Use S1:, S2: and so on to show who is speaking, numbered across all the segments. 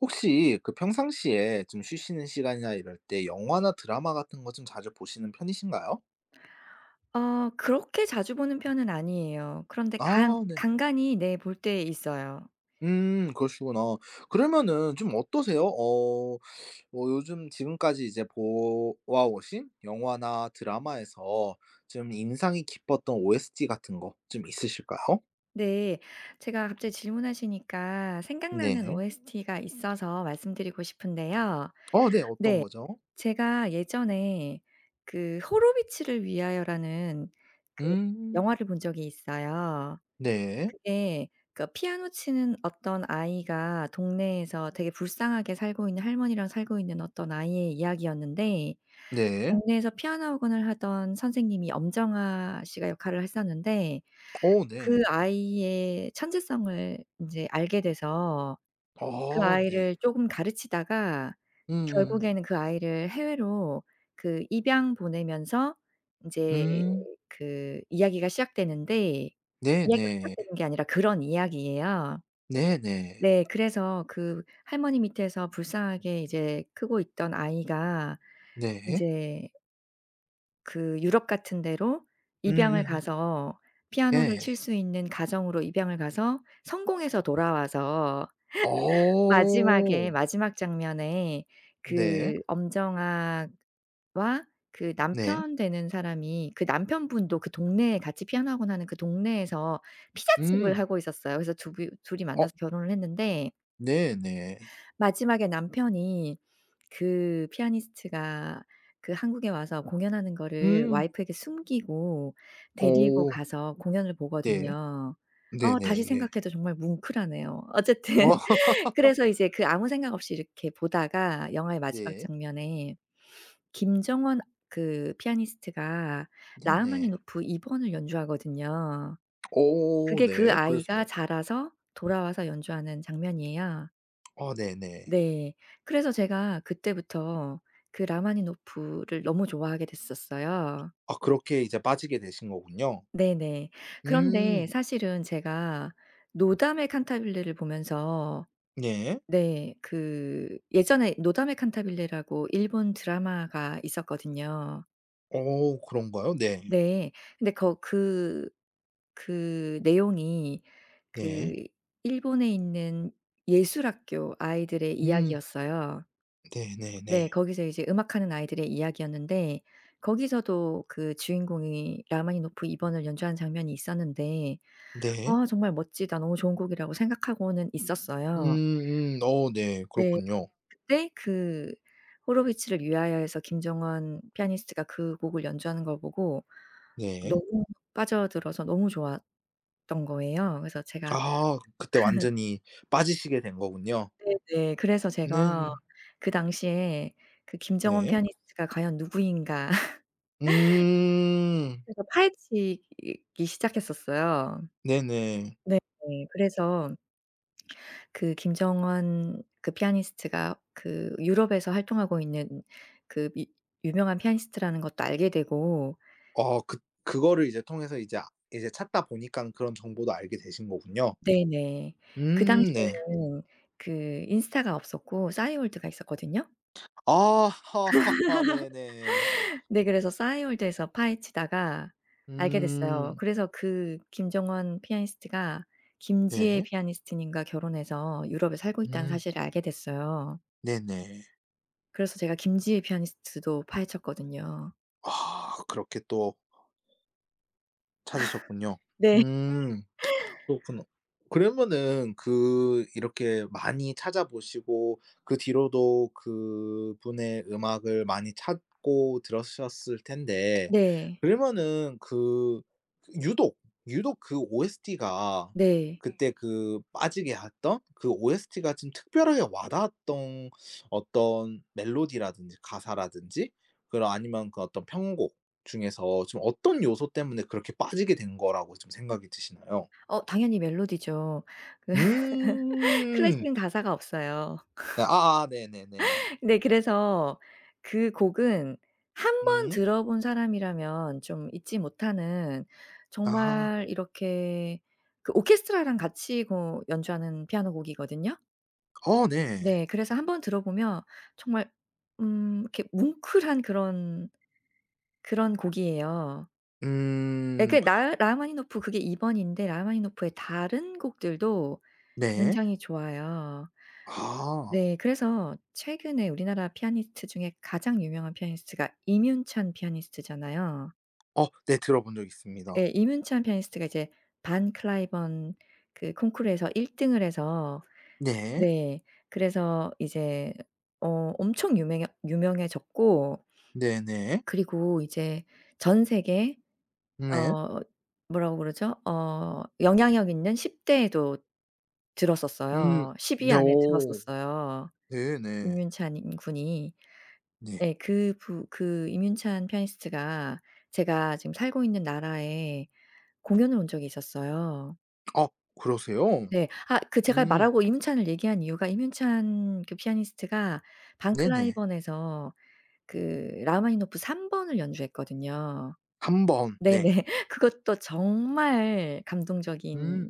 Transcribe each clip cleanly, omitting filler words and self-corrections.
S1: 혹시 그 평상시에 좀 쉬시는 시간이나 이럴 때 영화나 드라마 같은 거 좀 자주 보시는 편이신가요?
S2: 그렇게 자주 보는 편은 아니에요. 그런데 간
S1: 아 네.
S2: 간간이, 네, 볼 때 있어요.
S1: 그러시구나. 그러면은 좀 어떠세요? 뭐 요즘 지금까지 이제 보아 오신 영화나 드라마에서 좀 인상이 깊었던 OST 같은 거 좀 있으실까요?
S2: 네. 제가 갑자기 질문하시니까 생각나는
S1: 네.
S2: OST가 있어서 말씀드리고 싶은데요.
S1: 어 네. 어떤
S2: 네.
S1: 거죠?
S2: 제가 예전에 그 호로비츠를 위하여라는 그
S1: 음.
S2: 영화를 본 적이 있어요.
S1: 네.
S2: 그게 그 피아노 치는 어떤 아이가 동네에서 되게 불쌍하게 살고 있는, 할머니랑 살고 있는 어떤 아이의 이야기였는데,
S1: 네.
S2: 동네에서 피아노 학원을 하던 선생님이, 엄정화 씨가 역할을 했었는데,
S1: 어
S2: 그
S1: 네.
S2: 아이의 천재성을 인제 알게 돼서 그
S1: 아 네.
S2: 아이를 쪼금 가르치다가
S1: 음음.
S2: 결국에는 그 아이를 해외로 그 입양 보내면서 인제
S1: 음.
S2: 그 이야기가 시작되는데, 이야기가
S1: 네네.
S2: 시작되는 게 아니라 그런 이야기예요.
S1: 네네.
S2: 네. 그래서 그 할머니 밑에서 불쌍하게 이제 크고 있던 아이가
S1: 네.
S2: 인제 그 유럽 같은 데로 입양을
S1: 음음음.
S2: 가서, 피아노를
S1: 예.
S2: 칠 수 있는 가정으로 입양을 가서 성공해서 돌아와서
S1: 어.
S2: 마지막에, 마지막 장면에
S1: 네.
S2: 그 엄정아와 그
S1: 네.
S2: 남편 되는 사람이, 그 남편분도 그 동네에 같이 피아노 학원하는 그 동네에서 피자집을
S1: 음.
S2: 하고 있었어요. 그래서 두 이 둘이
S1: 어
S2: 만나서 결혼을 했는데,
S1: 네네.
S2: 마지막에 남편이 그 피아니스트가 그 한국에 와서 공연하는 거를
S1: 음.
S2: 와이프에게 숨기고 데리고
S1: 어
S2: 가서 공연을
S1: 네.
S2: 보거든요. 다시
S1: 네네네.
S2: 생각해도 정말 뭉클하네요. 어쨌든
S1: 어
S2: 그래서 이제 그 아무 생각 없이 이렇게 보다가 영화의 마지막
S1: 네.
S2: 장면에 김정원 그 피아니스트가
S1: 네네.
S2: 라흐마니노프 2 번을 연주하거든요.
S1: 어
S2: 그게 그
S1: 네.
S2: 아이가
S1: 그래서
S2: 자라서 돌아와서 연주하는 장면이에요.
S1: 아 네네.
S2: 네. 그래서 제가 그때부터 그 라마니노프를 너무 좋아하게 됐었어요.
S1: 아 그렇게 이제 빠지게 되신 거군요.
S2: 네네. 그런데
S1: 음.
S2: 사실은 제가 노담의 칸타빌레를 보면서,
S1: 네.
S2: 네, 그 예전에 노담의 칸타빌레라고 일본 드라마가 있었거든요.
S1: 어 그런가요? 네.
S2: 네. 근데 거 그 그 내용이
S1: 네.
S2: 그 일본에 있는 예술학교 아이들의
S1: 음.
S2: 이야기였어요. 네.
S1: 네네네.
S2: 거기서 이제 음악하는 아이들의 이야기였는데, 거기서도 그 주인공이 라흐마니노프 2 번을 연주하는 장면이 있었는데,
S1: 네.
S2: 아 정말 멋지다, 너무 좋은 곡이라고 생각하고는 있었어요.
S1: 음음. 어 네.
S2: 네.
S1: 그렇군요.
S2: 그때 그 호로비츠를 위하여에서 김정원 피아니스트가 그 곡을 연주하는 걸 보고
S1: 네.
S2: 너무 빠져들어서 너무 좋았던 거예요. 그래서 제가,
S1: 아 그때 완전히 빠지시게 된 거군요.
S2: 네네, 그래서 제가
S1: 네.
S2: 그 당시에 그 김정원
S1: 네.
S2: 피아니스트가 과연 누구인가,
S1: 음.
S2: 그래서 파헤치기 시작했었어요.
S1: 네네.
S2: 네. 그래서 그 김정원 그 피아니스트가 그 유럽에서 활동하고 있는 그 미 유명한 피아니스트라는 것도 알게 되고.
S1: 어 그 그거를 이제 통해서 이제 아 이제 찾다 보니깐 그런 정보도 알게 되신 거군요.
S2: 네네. 그
S1: 네.
S2: 당시에는 그 인스타가 없었고 싸이월드가 있었거든요.
S1: 아. 네네.
S2: 네, 그래서 싸이월드에서 파헤치다가 알게 됐어요.
S1: 음.
S2: 그래서 그 김정원 피아니스트가
S1: 네.
S2: 김지혜 피아니스트님과 결혼해서 유럽에 살고 있다는
S1: 음.
S2: 사실을 알게 됐어요.
S1: 네네.
S2: 그래서 제가 김지혜 피아니스트도 파헤쳤거든요.
S1: 아 그렇게 또 찾으셨군요.
S2: 네.
S1: 음. 그렇구나. 그러면은 그 이렇게 많이 찾아보시고 그 뒤로도 그분의 음악을 많이 찾고 들으셨을 텐데
S2: 네.
S1: 그러면은 그 유독, 유독 그 OST가 네.
S2: 네.
S1: 그때 그 빠지게 했던 그 OST가 좀 특별하게 와닿았던 어떤 멜로디라든지 가사라든지 그런 아니면 그 어떤 편곡 중에서 좀 어떤 요소 때문에 그렇게 빠지게 된 거라고 좀 생각이 드시나요?
S2: 당연히 멜로디죠. 그
S1: 음.
S2: 클래식은 가사가 없어요.
S1: 네 아아 네네네.
S2: 네, 그래서 그 곡은 한 번
S1: 음.
S2: 들어본 사람이라면 좀 잊지 못하는,
S1: 아.
S2: 정말 이렇게, 그 오케스트라랑 같이 고 연주하는 피아노 곡이거든요.
S1: 어 네.
S2: 네, 그래서 한 번 들어보면 정말, 이렇게 뭉클한, 그런 곡이에요. 예 그
S1: 음.
S2: 라 라흐마니노프 그게 2번인데, 라흐마니노프의 다른 곡들도
S1: 네.
S2: 굉장히 좋아요.
S1: 아.
S2: 네. 그래서 최근에 우리나라 피아니스트 중에 가장 유명한 피아니스트가 임윤찬 피아니스트잖아요.
S1: 어 네 들어본 적 있습니다.
S2: 예. 임윤찬 피아니스트가 이제 반 클라이번 그 콩쿠르에서 1등을 해서,
S1: 네.
S2: 네, 그래서 이제 엄청 유명해졌고
S1: 네네.
S2: 그리고 이제 전 세계
S1: 네. 네.
S2: 어 뭐라고 그러죠? 영향력 있는 10대에도
S1: 음.
S2: 들었었어요. 10위
S1: 네
S2: 안에
S1: 어.
S2: 들었었어요.
S1: 네네.
S2: 임윤찬, 인 군이.
S1: 네.
S2: 예 그 부 그 임윤찬 피아니스트가 제가 지금 살고 있는 나라에 공연을 온 적이 있었어요.
S1: 아 그러세요?
S2: 네. 아 그 제가
S1: 음.
S2: 말하고 임윤찬을 얘기한 이유가, 임윤찬 그 피아니스트가
S1: 네네.
S2: 방클라이번에서 그 라흐마니노프 3번을 연주했거든요.
S1: 한 번.
S2: 네네.
S1: 네.
S2: 그것도 정말 감동적인,
S1: 음.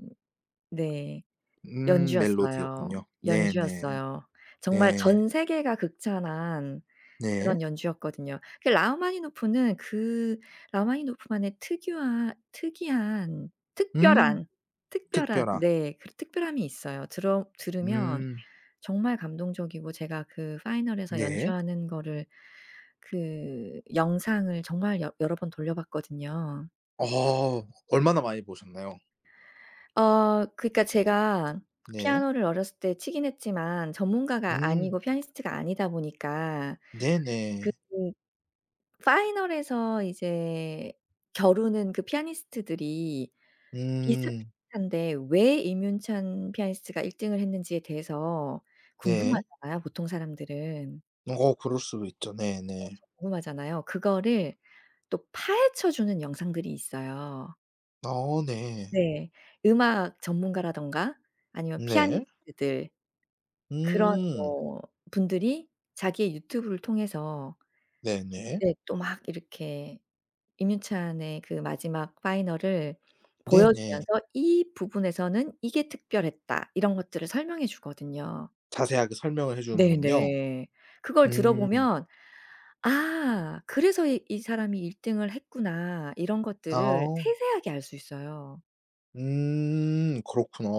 S2: 네, 연주였어요.
S1: 멜로디였군요. 네네. 네.
S2: 연주였어요. 정말
S1: 네.
S2: 전 세계가 극찬한
S1: 네.
S2: 그런 연주였거든요. 그 라흐마니노프는 그 라흐마니노프만의 특유한, 특이한,
S1: 음.
S2: 특별한 특별한,
S1: 특별한.
S2: 네, 그 특별함이 있어요. 들어 들으면
S1: 음.
S2: 정말 감동적이고, 제가 그 파이널에서
S1: 네.
S2: 연주하는 거를 그 영상을 정말 여 여러 번 돌려 봤거든요.
S1: 어 얼마나 많이 보셨나요?
S2: 그러니까 제가
S1: 네.
S2: 피아노를 어렸을 때 치긴 했지만 전문가가
S1: 음.
S2: 아니고 피아니스트가 아니다 보니까 그
S1: 네네.
S2: 파이널에서 이제 겨루는 그 피아니스트들이
S1: 음.
S2: 비슷비슷한데 왜 임윤찬 피아니스트가 1등을 했는지에 대해서
S1: 네.
S2: 궁금하잖아요, 보통 사람들은.
S1: 어 그럴 수도 있죠. 네네.
S2: 궁금하잖아요. 그거를 또 파헤쳐 주는 영상들이 있어요.
S1: 어 네.
S2: 네. 음악 전문가라든가 아니면
S1: 네.
S2: 피아니스트들, 그런
S1: 음.
S2: 뭐 분들이 자기의 유튜브를 통해서,
S1: 네네.
S2: 네, 또 막 이렇게 임윤찬의 그 마지막 파이널을
S1: 네네.
S2: 보여주면서 "이 부분에서는 이게 특별했다." 이런 것들을 설명해 주거든요.
S1: 자세하게 설명을 해 주는군요.
S2: 네네. 그걸
S1: 음.
S2: 들어보면 '아 그래서 이 사람이 1등을 했구나.' 이런 것들을
S1: 아.
S2: 세세하게 알 수 있어요.
S1: 음. 그렇구나.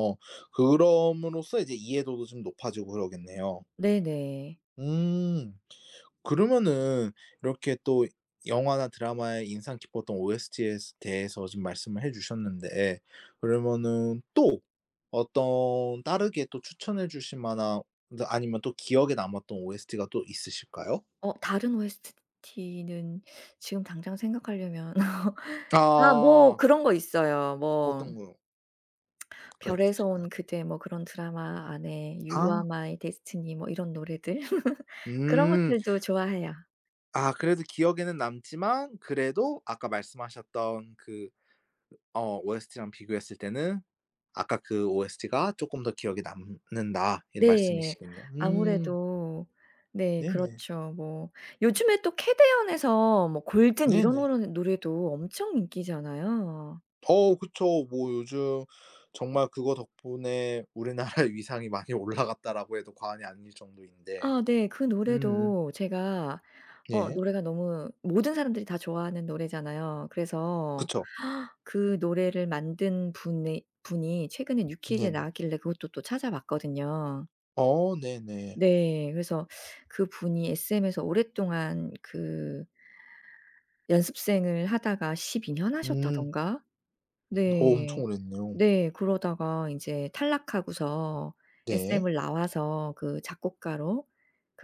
S1: 그럼으로써 이제 이해도도 좀 높아지고 그러겠네요.
S2: 네네.
S1: 음. 그러면은 이렇게 또 영화나 드라마에 인상 깊었던 OST에 대해서 지금 말씀을 해 주셨는데 그러면은 또 어떤 다르게 또 추천해 주실 만한 아니면 또 기억에 남았던 OST가 또 있으실까요?
S2: 다른 OST는 지금 당장 생각하려면 아 뭐
S1: 아.
S2: 그런 거 있어요. 뭐
S1: 어떤 거가
S2: 별에서
S1: 있으실까요?
S2: 온 그대, 뭐 그런 드라마 안에 You
S1: 아.
S2: Are My Destiny 뭐 이런 노래들. 그런
S1: 음.
S2: 것들도 좋아해요.
S1: 아 그래도 기억에는 남지만 그래도 아까 말씀하셨던 그 OST랑 비교했을 때는 아까 그 OST가 쪼끔 더 기억에 남는다 이런
S2: 네.
S1: 말씀이시겠네요.
S2: 아무래도, 네
S1: 네네.
S2: 그렇죠. 뭐 요즘에 또 캐대언에서 뭐 골든 이런
S1: 네네.
S2: 노래도 엄청 인기잖아요.
S1: 어 그쵸. 뭐 요즘 정말 그거 덕분에 우리나라의 위상이 많이 올라갔다라고 해도 과언이 아닐 정도인데.
S2: 아 네. 그
S1: 음음.
S2: 노래도 제가,
S1: 네.
S2: 노래가 너무, 모든 사람들이 다 좋아하는 노래잖아요. 그래서
S1: 그쵸.
S2: 그 노래를 만든 분의 분이 최근에 뉴키즈에
S1: 네네.
S2: 나왔길래 그것도 또 찾아봤거든요.
S1: 어 네네.
S2: 네. 그래서 그분이 SM에서 오랫동안 그 연습생을 하다가 12년
S1: 음.
S2: 하셨다던가.
S1: 엄청
S2: 네.
S1: 오래됐네요.
S2: 네. 그러다가 인제 탈락하고서
S1: 네.
S2: SM을 나와서 그 작곡가로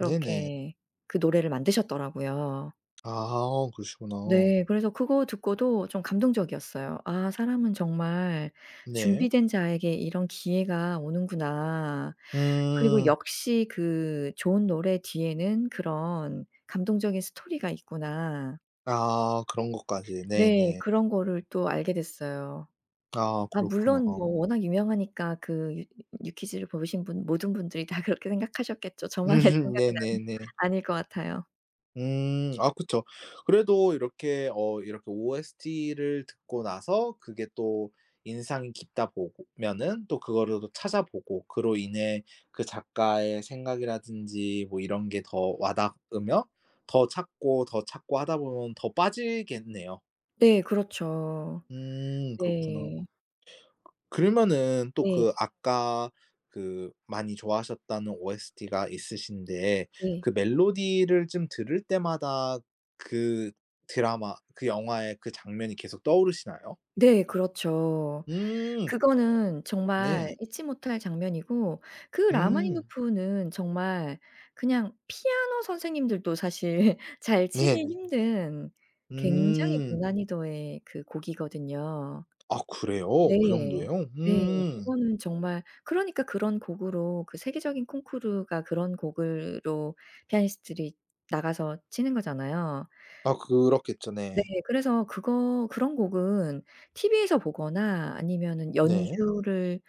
S1: 네네.
S2: 그 노래를 만드셨더라고요.
S1: 아 그러시구나.
S2: 네. 그래서 그거 듣고도 좀 감동적이었어요. '아 사람은 정말
S1: 네.
S2: 준비된 자에게 이런 기회가 오는구나. 그리고
S1: 음.
S2: 역시 그 좋은 노래 뒤에는 그런 감동적인 스토리가 있구나.'
S1: 아 그런 것까지.
S2: 네.
S1: 네네.
S2: 그런 거를 또 알게 됐어요.
S1: 아
S2: 아
S1: 그렇구나.
S2: 물론 뭐 워낙 유명하니까 그 유 유퀴즈를 보신 분, 모든 분들이 다 그렇게 생각하셨겠죠. 저만의 생각은 아니
S1: 네네네.
S2: 아닐 것 같아요.
S1: 아 그쵸. 그래도 이렇게 어 이렇게 OST를 듣고 나서 그게 또 인상이 깊다 보면은 또 그거를 또 찾아보고 그로 인해 그 작가의 생각이라든지 뭐 이런 게 더 와닿으며 더 찾고, 더 찾고 하다 보면 더 빠지겠네요.
S2: 네 그렇죠.
S1: 그렇구나.
S2: 네.
S1: 그러면은 또
S2: 네.
S1: 그 아까 그 많이 좋아하셨다는 OST가 있으신데
S2: 네.
S1: 그 멜로디를 좀 들을 때마다 그 드라마 그 영화의 그 장면이 계속 떠오르시나요?
S2: 네 그렇죠.
S1: 음.
S2: 그거는
S1: 네.
S2: 정말 잊지 못할 장면이고 그
S1: 음.
S2: 라마니노프는 정말, 그냥 피아노 선생님들도 사실 잘 치기
S1: 네네.
S2: 힘든 굉장히
S1: 음.
S2: 고난이도의 그 곡이거든요.
S1: 아 그래요? 그
S2: 네.
S1: 정도예요?
S2: 네.
S1: 음.
S2: 그거는 정말 그러니까 그런 곡으로, 그 세계적인 콩쿠르가 그런 곡으로 피아니스트들이 나가서 치는 거잖아요.
S1: 아 그렇겠죠.
S2: 네.
S1: 네.
S2: 그래서 그거, 그런 곡은 TV에서 보거나 아니면은
S1: 네.
S2: 연주를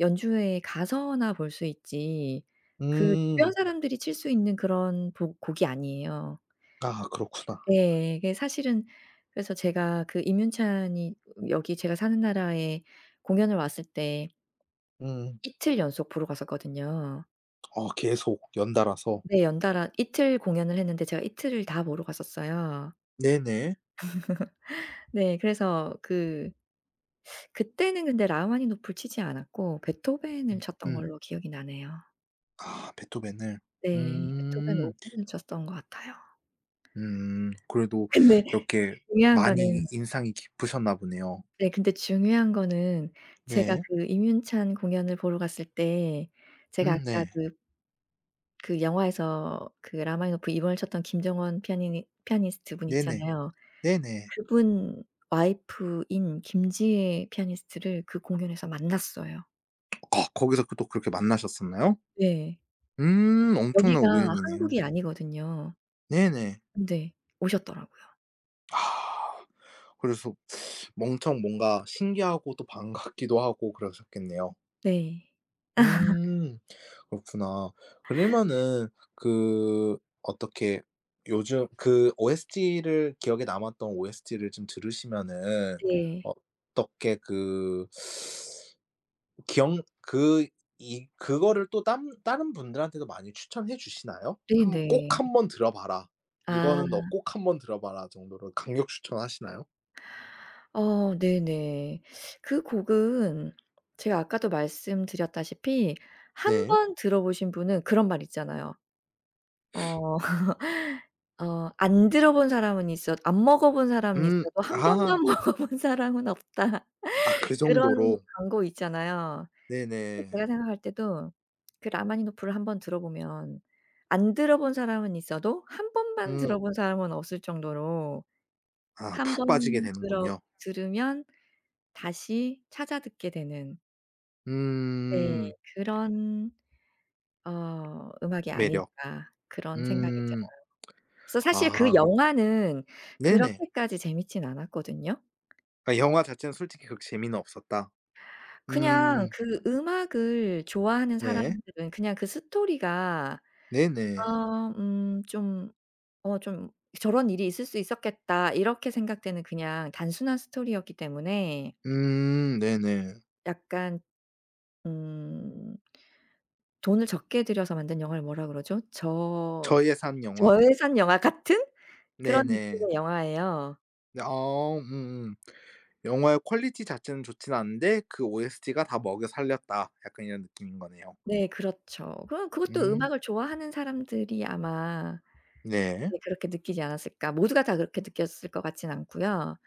S2: 연주회에 가서나 볼 수 있지 그 주변
S1: 음.
S2: 사람들이 칠 수 있는 그런 보 곡이 아니에요.
S1: 아 그렇구나.
S2: 예. 이게 사실은, 그래서 제가 그 임윤찬이 여기 제가 사는 나라에 공연을 왔을 때
S1: 음.
S2: 이틀 연속 보러 갔었거든요.
S1: 계속 연달아서.
S2: 네 연달아 이틀 공연을 했는데 제가 이틀을 다 보러 갔었어요.
S1: 네네.
S2: 네 그래서 그 그때는 근데 라흐마니노프를 치지 않았고 베토벤을
S1: 음.
S2: 쳤던
S1: 음.
S2: 걸로 기억이 나네요.
S1: 아 베토벤을.
S2: 네. 베토벤 5
S1: 음.
S2: 번을 쳤던 것 같아요.
S1: 음. 그래도
S2: 근데
S1: 이렇게
S2: 중요한
S1: 많이
S2: 거는
S1: 인상이 깊으셨나 보네요.
S2: 네, 근데 중요한 거는 제가
S1: 네.
S2: 그 임윤찬 공연을 보러 갔을 때 제가 아까
S1: 네.
S2: 그 영화에서 그 라흐마니노프 2번을 쳤던 김정원 피아니스트 분
S1: 네네.
S2: 있잖아요.
S1: 네네.
S2: 그분 와이프인 김지혜 피아니스트를 그 공연에서 만났어요.
S1: 아 거기서 그 또 그렇게 만나셨었나요?
S2: 네.
S1: 엄청난
S2: 여기가
S1: 우연이네요.
S2: 한국이 아니거든요.
S1: 네네.
S2: 근데 오셨더라고요.
S1: 아 그래서 엄청 뭔가 신기하고 또 반갑기도 하고 그러셨겠네요.
S2: 네.
S1: 음. 그렇구나. 그러면은 그 어떻게 요즘 그 OST를 기억에 남았던 OST를 좀 들으시면은
S2: 네.
S1: 어떻게 그 기억 그 이 그거를 또 땀 다른 분들한테도 많이 추천해 주시나요? 한 "꼭
S2: 네네.
S1: 한번 들어 봐라.
S2: 아.
S1: 이거는 너 꼭 한번 들어 봐라." 정도로 강력 추천하시나요?
S2: 네네. 그 곡은 제가 아까도 말씀드렸다시피 한
S1: 네.
S2: 번 들어보신 분은 그런 말 있잖아요. 어 "안 들어본 사람은 있어, 안 먹어본 사람은
S1: 음.
S2: 있어도 한
S1: 아.
S2: 번만 먹어본 사람은 없다."
S1: 아 그
S2: 그런
S1: 정도로.
S2: 광고 있잖아요.
S1: 네네.
S2: 제가 생각할 때도 그 라마니노프를 한번 들어보면 안 들어본 사람은 있어도 한 번만
S1: 음.
S2: 들어본 사람은 없을 정도로,
S1: 아
S2: 한
S1: 푹 빠지게
S2: 번 들어
S1: 되는군요.
S2: 들으면 다시 찾아 듣게 되는,
S1: 음.
S2: 네, 그런, 음악이
S1: 매력.
S2: 아닐까, 그런 생각이
S1: 음.
S2: 들어요. 그래서 사실 그
S1: 아
S2: 영화는
S1: 네네.
S2: 그렇게까지 재밌진 않았거든요.
S1: 아 영화 자체는 솔직히 그렇게 재미는 없었다.
S2: 그냥
S1: 음.
S2: 그 음악을 좋아하는
S1: 네.
S2: 사람들은, 그냥 그 스토리가,
S1: 네네.
S2: 아 좀 좀 '저런 일이 있을 수 있었겠다.' 이렇게 생각되는 그냥 단순한 스토리였기 때문에,
S1: 네네.
S2: 약간, 음 돈을 적게 들여서 만든 영화를 뭐라 그러죠?
S1: 저의 삶 영화.
S2: 저예산 영화 같은 그런
S1: 네네.
S2: 느낌의 영화예요.
S1: 어 음음. 영화의 퀄리티 자체는 좋진 않은데 그 OST가 다 먹여 살렸다. 약간 이런 느낌인 거네요.
S2: 네 그렇죠. 그럼 그것도
S1: 음.
S2: 음악을 좋아하는 사람들이 아마,
S1: 네.
S2: 네 그렇게 느끼지 않았을까. 모두가 다 그렇게 느꼈을 것 같진 않고요.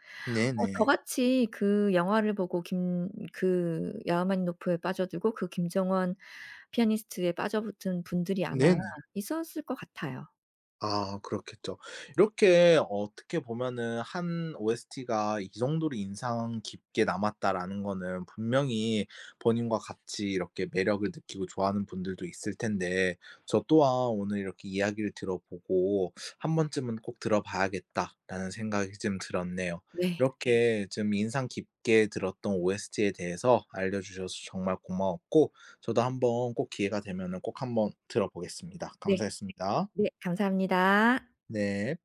S1: 네네.
S2: 저같이 그 영화를 보고 김 그 야흐만니노프에 빠져들고 그 김정원 피아니스트에 빠져붙은 분들이 아마
S1: 네네.
S2: 있었을 것 같아요.
S1: 아 그렇겠죠. 이렇게 어떻게 보면은 한 OST가 '이 정도로 인상 깊게 남았다.'라는 거는 분명히 본인과 같이 이렇게 매력을 느끼고 좋아하는 분들도 있을 텐데 저 또한 오늘 이렇게 이야기를 들어보고 '한 번쯤은 꼭 들어봐야겠다.'라는 생각이 좀 들었네요.
S2: 네.
S1: 이렇게 좀 인상 깊게 들었던 OST에 대해서 알려주셔서 정말 고마웠고 저도 한번 꼭 기회가 되면은 꼭 한번 들어보겠습니다.
S2: 네.
S1: 감사했습니다.
S2: 네. 감사합니다.
S1: 네.